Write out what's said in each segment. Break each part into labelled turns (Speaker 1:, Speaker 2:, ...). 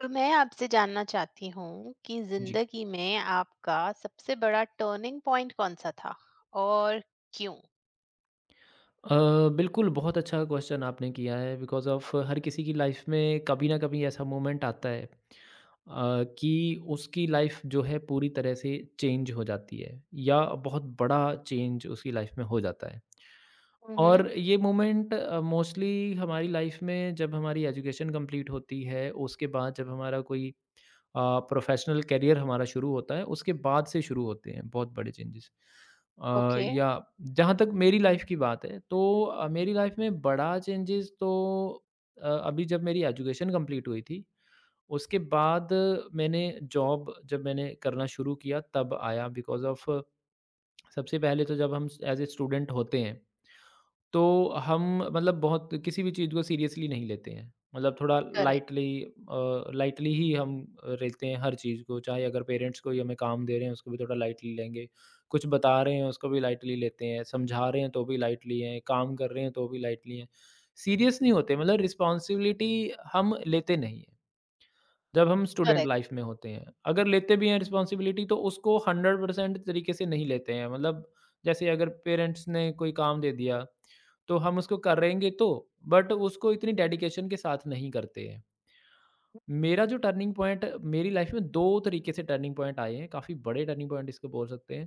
Speaker 1: तो मैं आपसे जानना चाहती हूँ कि
Speaker 2: जी।
Speaker 1: जिंदगी में आपका सबसे बड़ा टर्निंग पॉइंट कौन सा था और क्यों?
Speaker 2: अ, बिल्कुल, बहुत अच्छा क्वेश्चन आपने किया है। बिकॉज़ ऑफ़ हर किसी की लाइफ़ में कभी ना कभी ऐसा मोमेंट आता है कि उसकी लाइफ़ जो है पूरी तरह से चेंज हो जाती है या बहुत बड़ा चेंज उसकी लाइफ़ में हो जाता है।
Speaker 1: हम्म।
Speaker 2: और ये मोमेंट मोस्टली हमारी लाइफ़ में जब हमारी एजुकेशन कंप्लीट होती है, उसके बाद जब हमारा कोई अ, प्रोफ़ेशनल करियर हमारा शुरू होता है, उसके बाद से शुरू होते हैं बहुत बड़े चेंजेस। अ,
Speaker 1: ओके।
Speaker 2: या जहाँ तक मेरी लाइफ़ की बात है तो मेरी लाइफ़ में बड़ा चेंजेस तो अभी जब मेरी एजुकेशन कंप्लीट हुई थी, उसके बाद मैंने जॉब जब मैंने करना शुरू किया तब आया। बिकॉज़ ऑफ़ सबसे पहले तो जब हम एज़ ए स्टूडेंट होते हैं तो हम, मतलब, बहुत किसी भी चीज़ को सीरियसली नहीं लेते हैं। मतलब थोड़ा
Speaker 1: करेक्ट,
Speaker 2: लाइटली ही हम लेते हैं हर चीज़ को। चाहे अगर पेरेंट्स कोई हमें काम दे रहे हैं, उसको भी थोड़ा लाइटली लेंगे। कुछ बता रहे हैं, उसको भी लाइटली लेते हैं, समझा रहे हैं तो भी लाइटली हैं, काम कर रहे हैं तो भी लाइटली हैं। सीरियस नहीं होते, मतलब रिस्पॉन्सिबिलिटी हम लेते नहीं हैं जब हम स्टूडेंट लाइफ
Speaker 1: करेक्ट।
Speaker 2: में होते हैं। अगर लेते भी हैं रिस्पॉन्सिबिलिटी तो उसको 100% तरीके से नहीं लेते हैं। मतलब जैसे अगर पेरेंट्स ने कोई काम दे दिया, तो हम उसको करेंगे तो, बट उसको इतनी डेडिकेशन के साथ नहीं करते हैं। मेरा जो टर्निंग पॉइंट, मेरी लाइफ में 2 तरीके से टर्निंग पॉइंट आए हैं, काफ़ी बड़े टर्निंग पॉइंट इसको बोल सकते हैं।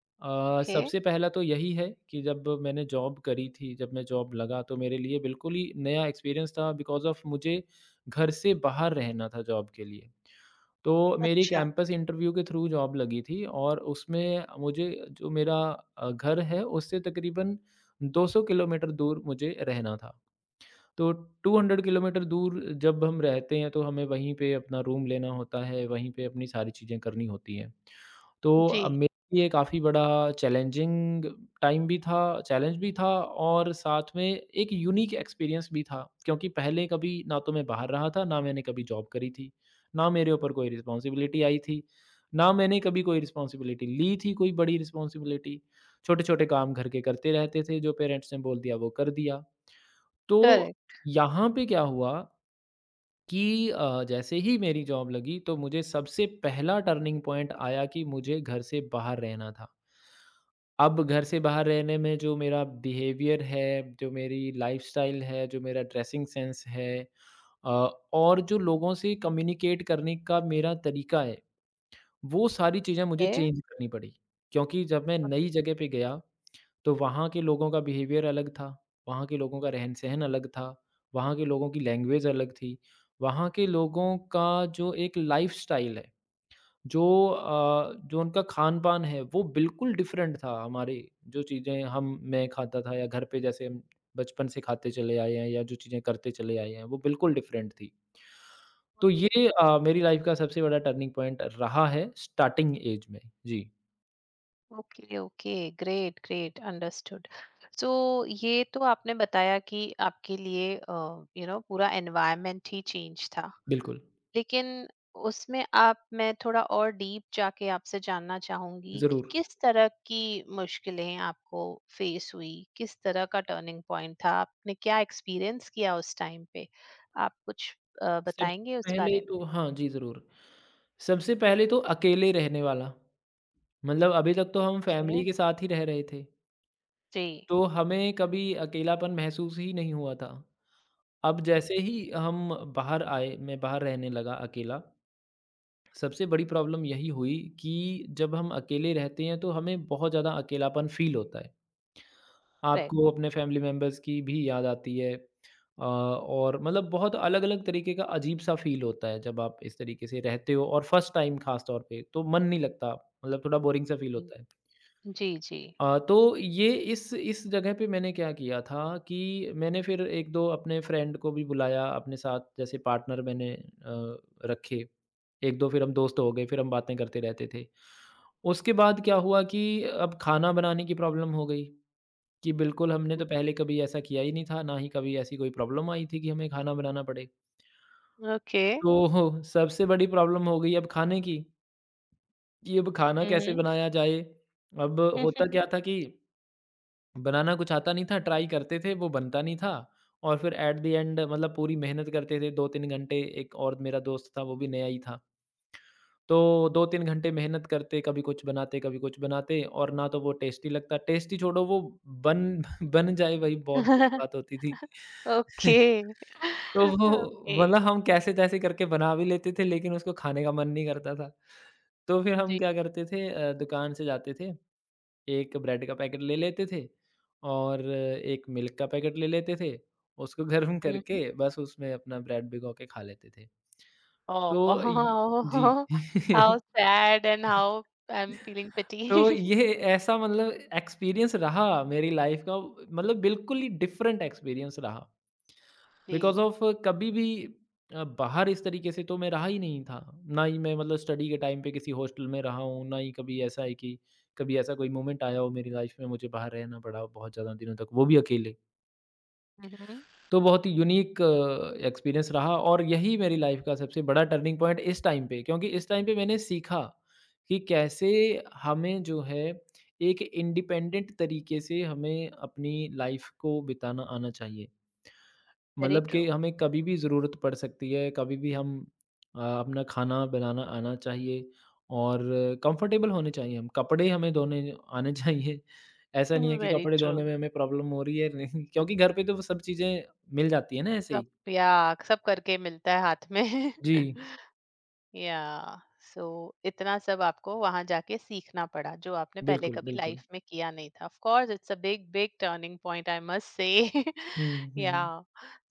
Speaker 1: ओके।
Speaker 2: सबसे पहला तो यही है कि जब मैंने जॉब करी थी, जब मैं जॉब लगा तो मेरे लिए बिल्कुल ही नया एक्सपीरियंस था। बिकॉज़ ऑफ मुझे घर से बाहर रहना था जॉब के लिए। तो मेरी
Speaker 1: अच्छा।
Speaker 2: कैंपस इंटरव्यू के थ्रू जॉब लगी थी और उसमें मुझे जो मेरा घर है उससे तकरीबन 200 किलोमीटर दूर मुझे रहना था। तो 200 किलोमीटर दूर जब हम रहते हैं तो हमें वहीं पे अपना रूम लेना होता है, वहीं पे अपनी सारी चीज़ें करनी होती हैं। तो
Speaker 1: जी।
Speaker 2: अब मेरे लिए काफ़ी बड़ा चैलेंजिंग टाइम भी था, चैलेंज भी था, और साथ में एक यूनिक एक्सपीरियंस भी था, क्योंकि पहले कभी ना तो मैं बाहर रहा था, ना मैंने कभी जॉब करी थी, ना मेरे ऊपर कोई रिस्पॉन्सिबिलिटी आई थी, ना मैंने कभी कोई रिस्पॉन्सिबिलिटी ली थी, कोई बड़ी रिस्पॉन्सिबिलिटी। छोटे-छोटे काम घर के करते रहते थे, जो पेरेंट्स ने बोल दिया वो कर दिया। तो
Speaker 1: करेक्ट
Speaker 2: यहाँ पे क्या हुआ कि जैसे ही मेरी जॉब लगी तो मुझे सबसे पहला टर्निंग पॉइंट आया कि मुझे घर से बाहर रहना था। अब घर से बाहर रहने में जो मेरा बिहेवियर है, जो मेरी लाइफ़स्टाइल है, जो मेरा ड्रेसिंग सेंस है, अ, और जो लोगों से कम्युनिकेट करने का मेरा तरीका है, वो सारी चीज़ें मुझे
Speaker 1: है।
Speaker 2: चेंज करनी पड़ी। क्योंकि जब मैं नई जगह पे गया तो वहाँ के लोगों का बिहेवियर अलग था, वहाँ के लोगों का रहन-सहन अलग था, वहाँ के लोगों की लैंग्वेज अलग थी, वहाँ के लोगों का जो एक लाइफ़स्टाइल है, जो जो उनका खान-पान है, वो बिल्कुल डिफरेंट था हमारे। जो चीज़ें हम, मैं खाता था या घर पे जैसे हम बचपन से खाते चले आए हैं या जो चीज़ें करते चले आए हैं, वो बिल्कुल डिफरेंट थी। तो
Speaker 1: ओके,
Speaker 2: ये मेरी लाइफ़ का सबसे बड़ा टर्निंग पॉइंट रहा है स्टार्टिंग एज में। जी,
Speaker 1: okay, okay. Great, great. Understood. So ये तो आपने बताया कि आपके लिए, पूरा एनवायरनमेंट ही चेंज था।
Speaker 2: बिल्कुल।
Speaker 1: लेकिन उसमें आप मैं थोड़ा और डीप जाके आपसे जानना चाहूंगी कि
Speaker 2: ज़रूर।
Speaker 1: किस तरह की मुश्किलें आपको फेस हुई, किस तरह का टर्निंग पॉइंट था, आपने क्या एक्सपीरियंस किया उस टाइम पे? आप कुछ
Speaker 2: सबसे
Speaker 1: बताएंगे उस
Speaker 2: पहले
Speaker 1: बारे में?
Speaker 2: तो हाँ जी, ज़रूर। सबसे पहले तो अकेले रहने वाला, मतलब अभी तक तो हम
Speaker 1: ओके।
Speaker 2: फैमिली के साथ ही रह रहे थे,
Speaker 1: जी।
Speaker 2: तो हमें कभी अकेलापन महसूस ही नहीं हुआ था। अब जैसे ही हम बाहर आए, मैं बाहर रहने लगा अकेला, सबसे बड़ी प्रॉब्लम यही हुई कि जब हम अकेले रहते हैं तो हमें बहुत ज़्यादा अकेलापन फ़ील होता है।
Speaker 1: राइट।
Speaker 2: आपको अपने फैमिली मेंबर्स की भी याद आती है, और मतलब बहुत अलग-अलग तरीके का अजीब-सा फ़ील होता है जब आप इस तरीके से रहते हो, और फर्स्ट टाइम ख़ास तौर पे, तो मन नहीं लगता, मतलब थोड़ा बोरिंग-सा फ़ील होता है।
Speaker 1: जी, जी।
Speaker 2: तो ये इस जगह पे मैंने क्या किया था कि मैंने फिर 1-2 अपने फ्रेंड को भी बुलाया अपने साथ, जैसे पार्टनर मैंने रखे। 1-2 फिर हम दोस्त हो गए, फिर हम बातें करते रहते थे। उसके बाद क्या हुआ कि अब खाना बनाने की प्रॉब्लम हो गई। कि बिल्कुल हमने तो पहले कभी ऐसा किया ही नहीं था, ना ही कभी ऐसी कोई प्रॉब्लम आई थी कि हमें खाना बनाना पड़े।
Speaker 1: ओके।
Speaker 2: तो सबसे बड़ी प्रॉब्लम हो गई अब खाने की, कि अब खाना कैसे
Speaker 1: हम्म।
Speaker 2: बनाया जाए? अब होता क्या था कि बनाना कुछ आता नहीं था, ट्राई करते थे, वो बनता नहीं था, और फिर एट द एंड मतलब पूरी मेहनत करते थे 2-3 घंटे। एक और मेरा दोस्त था, वो भी नया ही था। तो 2-3 घंटे मेहनत करते, कभी कुछ बनाते, कभी कुछ बनाते और ना तो वो टेस्टी लगता। टेस्टी छोड़ो, वो बन बन जाए वही बहुत बड़ी बात होती थी।
Speaker 1: ओके।
Speaker 2: तो वो,
Speaker 1: ओके।
Speaker 2: मतलब, हम कैसे-तैसे करके बना भी लेते थे लेकिन उसको खाने का मन नहीं करता था। तो फिर हम क्या करते थे, दुकान से जाते थे, एक ब्रेड का पैकेट ले लेते थे और एक मिल्क का पैकेट ले लेते थे, उसको गर्म करके
Speaker 1: जी।
Speaker 2: बस उसमें अपना ब्रेड भिगो के खा लेते थे।
Speaker 1: Oh,
Speaker 2: तो इ जी।
Speaker 1: how how sad and how I'm feeling
Speaker 2: तो
Speaker 1: pity.
Speaker 2: ये ऐसा, मतलब, एक्सपीरियंस रहा मेरी लाइफ का, मतलब बिल्कुल ही डिफरेंट एक्सपीरियंस रहा। बिकॉज
Speaker 1: जी।
Speaker 2: ऑफ कभी भी बाहर इस तरीके से तो मैं रहा ही नहीं था, ना ही मैं, मतलब स्टडी के टाइम पे किसी हॉस्टल में रहा हूँ, ना ही कभी ऐसा है कि कभी ऐसा कोई मोमेंट आया हो मेरी लाइफ में, मुझे बाहर रहना पड़ा हो बहुत ज़्यादा दिनों तक, वो भी अकेले।
Speaker 1: हुँ।
Speaker 2: तो बहुत ही यूनिक एक्सपीरियंस रहा और यही मेरी लाइफ का सबसे बड़ा टर्निंग पॉइंट इस टाइम पे, क्योंकि इस टाइम पे मैंने सीखा कि कैसे हमें जो है एक इंडिपेंडेंट तरीके से हमें अपनी लाइफ को बिताना आना चाहिए।
Speaker 1: वेरी
Speaker 2: मतलब
Speaker 1: ट्रू।
Speaker 2: कि हमें कभी भी ज़रूरत पड़ सकती है, कभी भी हम, अपना खाना बनाना आना चाहिए और कंफर्टेबल होने चाहिए हम। कपड़े हमें धोने आने चाहिए। ऐसा नहीं है कि
Speaker 1: वेरी
Speaker 2: कपड़े
Speaker 1: ट्रू।
Speaker 2: धोने में हमें प्रॉब्लम हो रही है, नहीं, क्योंकि घर पे तो वो सब चीज़ें मिल जाती है ना ऐसे
Speaker 1: सब
Speaker 2: ही।
Speaker 1: या सब करके मिलता है हाथ में।
Speaker 2: जी,
Speaker 1: या। सो इतना सब आपको वहां जाके सीखना पड़ा जो आपने पहले
Speaker 2: बिल्कुल,
Speaker 1: कभी
Speaker 2: बिल्कुल।
Speaker 1: लाइफ में किया नहीं था। Of course it's a big, big turning point, I must say.
Speaker 2: हुँ,
Speaker 1: या।
Speaker 2: हुँ,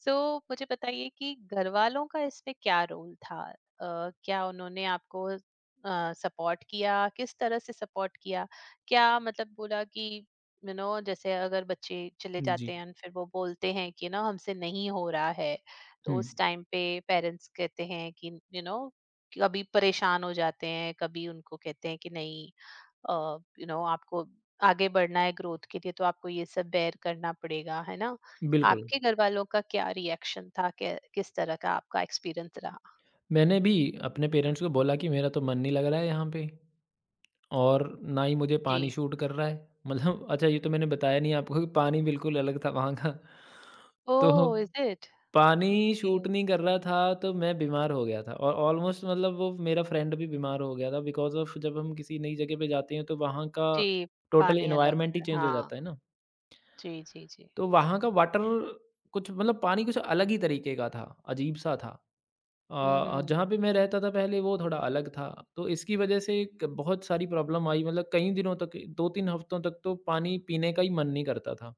Speaker 1: सो मुझे बताइए कि घर वालों का इसमें क्या रोल था? क्या उन्होंने आपको सपोर्ट किया, किस तरह से सपोर्ट किया? क्या मतलब बोला कि, यू नो, जैसे अगर बच्चे चले
Speaker 2: जी।
Speaker 1: जाते हैं and फिर वो बोलते हैं कि ना हमसे नहीं हो रहा है, तो
Speaker 2: हुँ,
Speaker 1: उस टाइम पे पेरेंट्स कहते हैं कि, यू नो, कभी परेशान हो जाते हैं, कभी उनको कहते हैं कि नहीं, यू नो, आपको आगे बढ़ना है ग्रोथ के लिए, तो आपको ये सब बेयर करना पड़ेगा, है ना?
Speaker 2: बिल्कुल।
Speaker 1: आपके घर वालों का क्या रिएक्शन था, किस तरह का आपका एक्सपीरियंस रहा?
Speaker 2: मैंने भी अपने पेरेंट्स को बोला कि मेरा तो मन नहीं लग रहा है यहाँ पे। और ना ही मुझे पानी
Speaker 1: जी।
Speaker 2: शूट कर रहा है। मतलब अच्छा ये तो मैंने बताया नहीं आपको कि पानी बिल्कुल अलग था वहाँ का। तो
Speaker 1: ओ, इज इट?
Speaker 2: पानी
Speaker 1: ओके।
Speaker 2: शूट नहीं कर रहा था तो मैं बीमार हो गया था और ऑलमोस्ट, मतलब वो मेरा फ्रेंड भी बीमार हो गया था। बिकॉज़ ऑफ़ जब हम किसी नई जगह पे जाते हैं तो वहाँ का
Speaker 1: जी।
Speaker 2: टोटल
Speaker 1: पानी अलग
Speaker 2: एनवायरनमेंट ही
Speaker 1: होता है,
Speaker 2: चेंज हो
Speaker 1: हाँ।
Speaker 2: जाता है ना।
Speaker 1: जी, जी, जी।
Speaker 2: तो वहाँ का वाटर कुछ, मतलब पानी कुछ अलग ही तरीके का था, अजीब-सा था।
Speaker 1: हम्म, हम्म,
Speaker 2: जहाँ पे मैं रहता था पहले वो थोड़ा अलग था, तो इसकी वज़ह से क बहुत सारी प्रॉब्लम आई, मतलब कई दिनों तक 2-3 हफ्तों तक तो पानी पीने का ही मन नहीं करता था।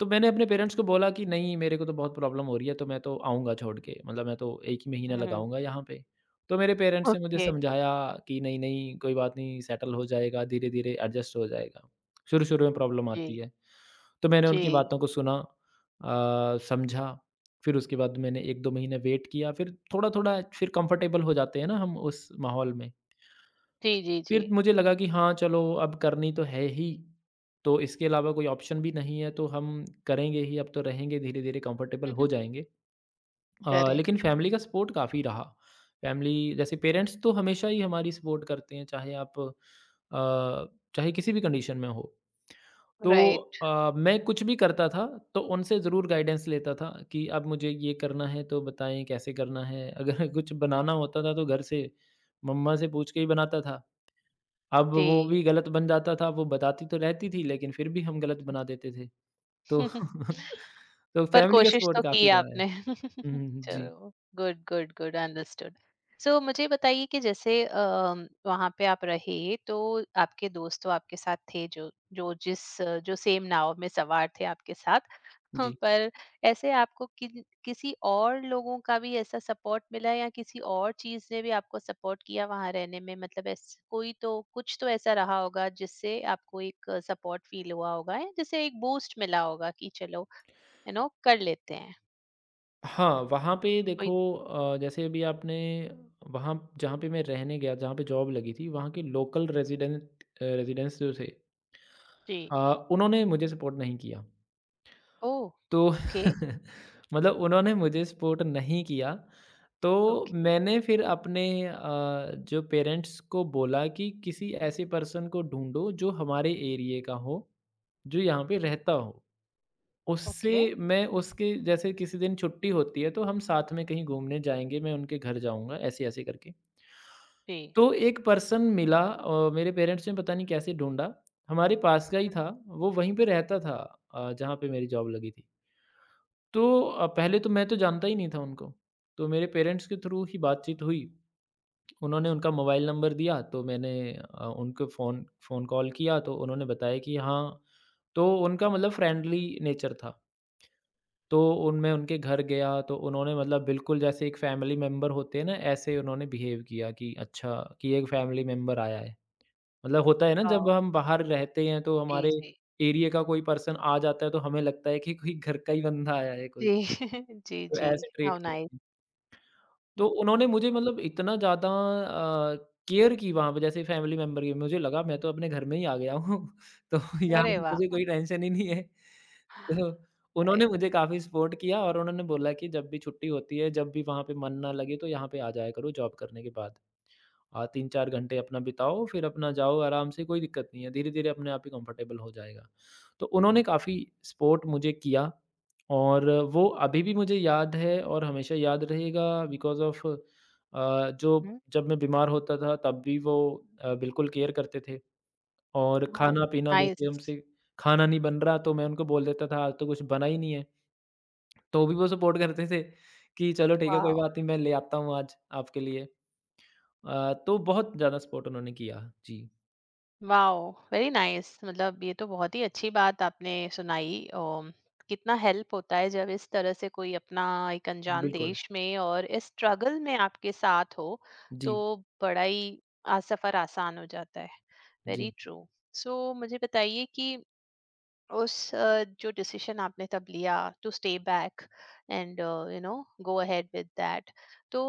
Speaker 2: तो मैंने अपने पेरेंट्स को बोला कि नहीं, मेरे को तो बहुत प्रॉब्लम हो रही है, तो मैं तो आऊँगा छोड़ के, मतलब मैं तो 1 ही महीना
Speaker 1: हम्म।
Speaker 2: लगाऊँगा यहाँ पे। तो मेरे पेरेंट्स ने मुझे
Speaker 1: ओके।
Speaker 2: समझाया कि नहीं, नहीं कोई बात नहीं, सेटल हो जाएगा, धीरे-धीरे एडजस्ट हो जाएगा। शुरू-शुरू में प्रॉब्लम आती
Speaker 1: जी,
Speaker 2: है। तो मैंने उनकी
Speaker 1: जी,
Speaker 2: बातों को सुना, समझा, फिर उसके बाद मैंने 1-2 महीने वेट किया, फिर थोड़ा-थोड़ा फिर कंफर्टेबल हो जाते हैं ना हम उस माहौल में।
Speaker 1: जी, जी, जी।
Speaker 2: फिर मुझे लगा कि हाँ, चलो अब करनी तो है ही, तो इसके अलावा कोई ऑप्शन भी नहीं है तो हम करेंगे ही, अब तो रहेंगे, धीरे-धीरे कंफर्टेबल हो जाएँगे। लेकिन
Speaker 1: करेक्ट।
Speaker 2: फैमिली का सपोर्ट काफ़ी रहा। फैमिली जैसे पेरेंट्स तो हमेशा ही हमारी सपोर्ट करते हैं, चाहे किसी भी कंडीशन में हो। तो
Speaker 1: राइट।
Speaker 2: मैं कुछ भी करता था तो उनसे ज़रूर गाइडेंस लेता था कि अब मुझे ये करना है तो बताएँ कैसे करना है? अगर कुछ बनाना होता था तो घर से मम्मा से पूछ के ही बनाता था। अब वो
Speaker 1: जी।
Speaker 2: भी गलत बन जाता था, वो बताती तो रहती थी लेकिन फिर भी हम गलत बना देते थे। तो तो
Speaker 1: पर
Speaker 2: फैमिली का
Speaker 1: कोशिश
Speaker 2: सपोर्ट
Speaker 1: तो की
Speaker 2: काफ़ी रहा है।
Speaker 1: आपने।
Speaker 2: हुँ, हुँ, हुँ। जी,
Speaker 1: चलो, good, good, good. Understood. So मुझे बताइए कि जैसे, वहाँ पे आप रहे तो आपके दोस्त तो आपके साथ थे, जो जो जिस अ, जो सेम नाव में सवार थे आपके साथ। हाँ,
Speaker 2: जी।
Speaker 1: पर ऐसे आपको किन किसी और लोगों का भी ऐसा सपोर्ट मिला, या किसी और चीज़ ने भी आपको सपोर्ट किया वहाँ रहने में? मतलब ऐस कोई तो, कुछ तो ऐसा रहा होगा जिससे आपको एक सपोर्ट फील हुआ होगा, या जैसे एक बूस्ट मिला होगा कि चलो, यू नो, कर लेते हैं।
Speaker 2: हाँ, वहाँ पे
Speaker 1: कोई।
Speaker 2: देखो जैसे अभी आपने वहाँ जहाँ पे मैं रहने गया, जहाँ पे जॉब लगी थी, वहाँ के लोकल रेज़िडेंट रेज़िडेंट्स जो थे
Speaker 1: जी।
Speaker 2: उन्होंने मुझे सपोर्ट नहीं किया।
Speaker 1: ओह!
Speaker 2: तो
Speaker 1: ओके,
Speaker 2: मतलब उन्होंने मुझे सपोर्ट नहीं किया, तो
Speaker 1: ओके,
Speaker 2: मैंने फिर अपने जो पेरेंट्स को बोला कि किसी ऐसे पर्सन को ढूँढो जो हमारे एरिये का हो, जो यहाँ पे रहता हो। उससे
Speaker 1: ओके।
Speaker 2: मैं उसके जैसे किसी दिन छुट्टी होती है, तो हम साथ में कहीं घूमने जाएँगे, मैं उनके घर जाऊँगा, ऐसे-ऐसे करके।
Speaker 1: जी।
Speaker 2: तो एक पर्सन मिला मेरे पेरेंट्स ने पता नहीं कैसे ढूँढा, हमारे पास का ही था, वो वहीं पे रहता था जहाँ पे मेरी जॉब लगी थी। तो पहले तो मैं तो जानता ही नहीं था उनको, तो मेरे पेरेंट्स के थ्रू ही बातचीत हुई। उन्होंने उनका मोबाइल नंबर दिया तो मैंने उनको फ़ोन फ़ोन कॉल किया तो उन्होंने बताया कि हाँ, तो उनका मतलब फ्रेंडली नेचर था। तो उन मैं उनके घर गया तो उन्होंने मतलब बिल्कुल जैसे एक फैमिली मेंबर होते हैं ना, ऐसे उन्होंने बिहेव किया कि अच्छा कि एक फैमिली मेंबर आया है। मतलब होता है ना जब
Speaker 1: वाओ!
Speaker 2: हम बाहर रहते हैं तो
Speaker 1: जी,
Speaker 2: हमारे
Speaker 1: जी।
Speaker 2: एरिया का कोई पर्सन आ जाता है तो हमें लगता है कि कोई घर का ही बंदा आया है कोई,
Speaker 1: जी, जी,
Speaker 2: तो
Speaker 1: जी।
Speaker 2: ऐसे ट्रीट
Speaker 1: हाउ
Speaker 2: करते
Speaker 1: नाइस।
Speaker 2: हैं। तो उन्होंने मुझे मतलब इतना ज़्यादा केयर की वहाँ पे जैसे फैमिली मेंबर की, मुझे लगा मैं तो अपने घर में ही आ गया हूँ तो यहाँ
Speaker 1: अरे
Speaker 2: तो मुझे
Speaker 1: वाह!
Speaker 2: कोई टेंशन ही नहीं है। तो
Speaker 1: अरे
Speaker 2: उन्होंने
Speaker 1: वाह!
Speaker 2: मुझे काफ़ी सपोर्ट किया और उन्होंने बोला कि जब भी छुट्टी होती है, जब भी वहाँ पे मन ना लगे तो यहाँ पे आ जाया करो जॉब करने के बाद। 3-4 घंटे अपना बिताओ, फिर अपना जाओ आराम से, कोई दिक्कत नहीं है, धीरे-धीरे अपने आप ही कंफर्टेबल हो जाएगा। तो उन्होंने काफ़ी सपोर्ट मुझे किया और वो अभी भी मुझे याद है और हमेशा याद रहेगा बिकॉज़ ऑफ़ जो
Speaker 1: हुँ।
Speaker 2: जब मैं बीमार होता था तब भी वो बिल्कुल केयर करते थे और
Speaker 1: ओह!
Speaker 2: खाना-पीना जैसे
Speaker 1: नाइस।
Speaker 2: हमसे खाना नहीं बन रहा तो मैं उनको बोल देता था आज तो कुछ बना ही नहीं है, तो भी वो सपोर्ट करते थे कि चलो ठीक है कोई
Speaker 1: वाओ!
Speaker 2: बात नहीं मैं ले आता हूँ आज आपके लिए। तो बहुत ज़्यादा सपोर्ट उन्होंने किया। जी,
Speaker 1: वाओ! Very nice. मतलब ये तो बहुत ही अच्छी बात आपने सुनाई। और कितना हेल्प होता है जब इस तरह से कोई अपना, एक अनजान
Speaker 2: बिल्कुल।
Speaker 1: देश में और इस स्ट्रगल में, आपके साथ हो,
Speaker 2: जी,
Speaker 1: तो बड़ा ही आ सफ़र आसान हो जाता है। वेरी
Speaker 2: जी,
Speaker 1: ट्रू। सो मुझे बताइए कि उस, जो डिसीजन आपने तब लिया, to stay back and, you know, go ahead with that, तो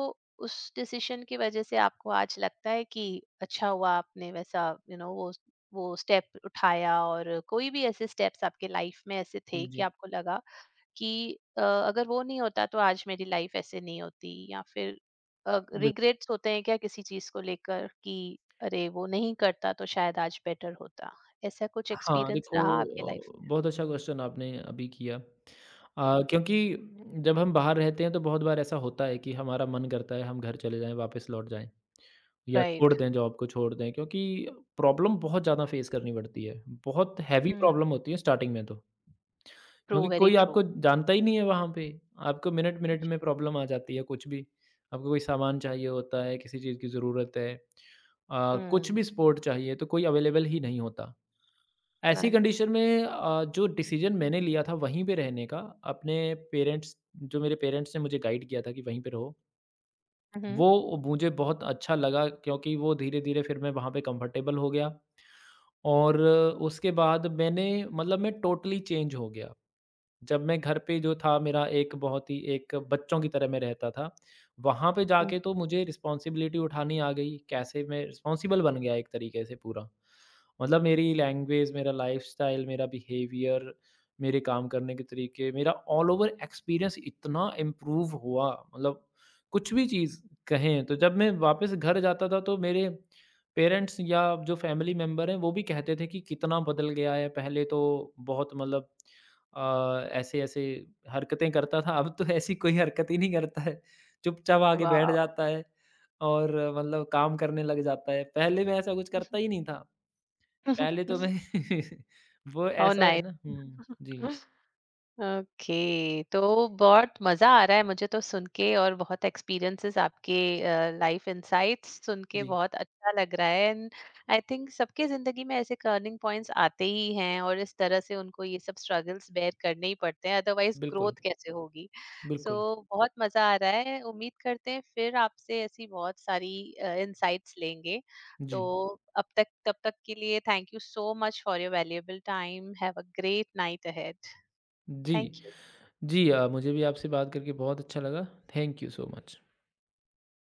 Speaker 1: उस डिसीजन की वजह से आपको आज लगता है कि अच्छा हुआ आपने वैसा, यू you नो know, वो स्टेप उठाया? और कोई भी ऐसे स्टेप्स आपके लाइफ में ऐसे थे कि
Speaker 2: जी,
Speaker 1: आपको लगा कि, अगर वो नहीं होता तो आज मेरी लाइफ ऐसे नहीं होती? या फिर
Speaker 2: बिल
Speaker 1: रिग्रेट्स होते हैं क्या किसी चीज को लेकर कि अरे, वो नहीं करता तो शायद आज बेटर होता? ऐसा कुछ
Speaker 2: हाँ,
Speaker 1: एक्सपीरियंस
Speaker 2: देखो
Speaker 1: रहा आपके लाइफ?
Speaker 2: बहुत अच्छा क्वेश्चन आपने अभी किया।
Speaker 1: Mhm.
Speaker 2: क्योंकि जब हम बाहर रहते हैं तो बहुत बार ऐसा होता है कि हमारा मन करता है हम घर चले जाएँ, वापस लौट जाएँ या
Speaker 1: Right.
Speaker 2: छोड़ दें जॉब को छोड़ दें क्योंकि प्रॉब्लम बहुत ज़्यादा फेस करनी पड़ती है। बहुत हेवी
Speaker 1: Mm.
Speaker 2: प्रॉब्लम होती है स्टार्टिंग में तो।
Speaker 1: True,
Speaker 2: क्योंकि
Speaker 1: very
Speaker 2: कोई आपको
Speaker 1: true.
Speaker 2: जानता ही नहीं है वहाँ पे। आपको
Speaker 1: J
Speaker 2: मिनट-मिनट में प्रॉब्लम आ जाती है कुछ भी। आपको कोई सामान चाहिए होता है, किसी चीज़ की ज़रूरत है कुछ
Speaker 1: Mm.
Speaker 2: भी सपोर्ट चाहिए तो कोई अवेलेबल ही नहीं होता। ऐसी
Speaker 1: Right.
Speaker 2: कंडीशन में जो डिसीज़न मैंने लिया था वहीं पे रहने का, अपने पेरेंट्स जो मेरे पेरेंट्स ने मुझे गाइड किया था कि वहीं पे रहो।
Speaker 1: Mhm.
Speaker 2: वो मुझे बहुत अच्छा लगा क्योंकि वो धीरे-धीरे फिर मैं वहाँ पे कंफर्टेबल हो गया और उसके बाद मैंने मतलब मैं टोटली चेंज हो गया। जब मैं घर पे जो था मेरा एक बहुत ही एक बच्चों की तरह मैं रहता था। वहाँ पे
Speaker 1: Mm.
Speaker 2: जाके तो मुझे रिस्पॉन्सिबिलिटी उठानी आ गई, कैसे मैं रिस्पॉन्सिबल बन गया एक तरीके से पूरा। मतलब मेरी लैंग्वेज, मेरा लाइफ़स्टाइल, मेरा बिहेवियर, मेरे काम करने के तरीके, मेरा ऑल ओवर एक्सपीरियंस इतना इम्प्रूव हुआ मतलब कुछ भी चीज़ कहें तो जब मैं वापस घर जाता था तो मेरे पेरेंट्स या जो फैमिली मेंबर हैं वो भी कहते थे कि कितना बदल गया है, पहले तो बहुत मतलब ऐसे-ऐसे हरकतें करता था, अब तो ऐसी कोई हरकत ही नहीं करता है। चुपचाप आके बैठ
Speaker 1: Wow.
Speaker 2: जाता है और मतलब काम करने लग जाता है। पहले मैं ऐसा कुछ करता ही नहीं था। पहले तो मैं वो
Speaker 1: How
Speaker 2: ऐसा है
Speaker 1: nice.
Speaker 2: ना हुँ, जी,
Speaker 1: ओके, तो बहुत मजा आ रहा है मुझे तो सुन के। और बहुत एक्सपीरियंसेस, आपके लाइफ इनसाइट्स सुन के
Speaker 2: जी।
Speaker 1: बहुत अच्छा लग रहा है। एंड आई थिंक सबके जिंदगी में ऐसे टर्निंग पॉइंट्स आते ही हैं, और इस तरह से उनको ये सब स्ट्रगल्स बेयर करने ही पड़ते हैं, अदरवाइज
Speaker 2: बिल्कुल,
Speaker 1: ग्रोथ कैसे होगी? सो
Speaker 2: बिल्कुल।
Speaker 1: बहुत मजा आ रहा है। उम्मीद करते हैं फिर आपसे ऐसी बहुत सारी इनसाइट्स लेंगे।
Speaker 2: जी,
Speaker 1: तो अब तक तब तक के लिए, thank you so much for your valuable time. Have a great night ahead.
Speaker 2: जी,
Speaker 1: थैंक यू।
Speaker 2: जी मुझे भी आपसे बात करके बहुत अच्छा लगा। Thank you so much.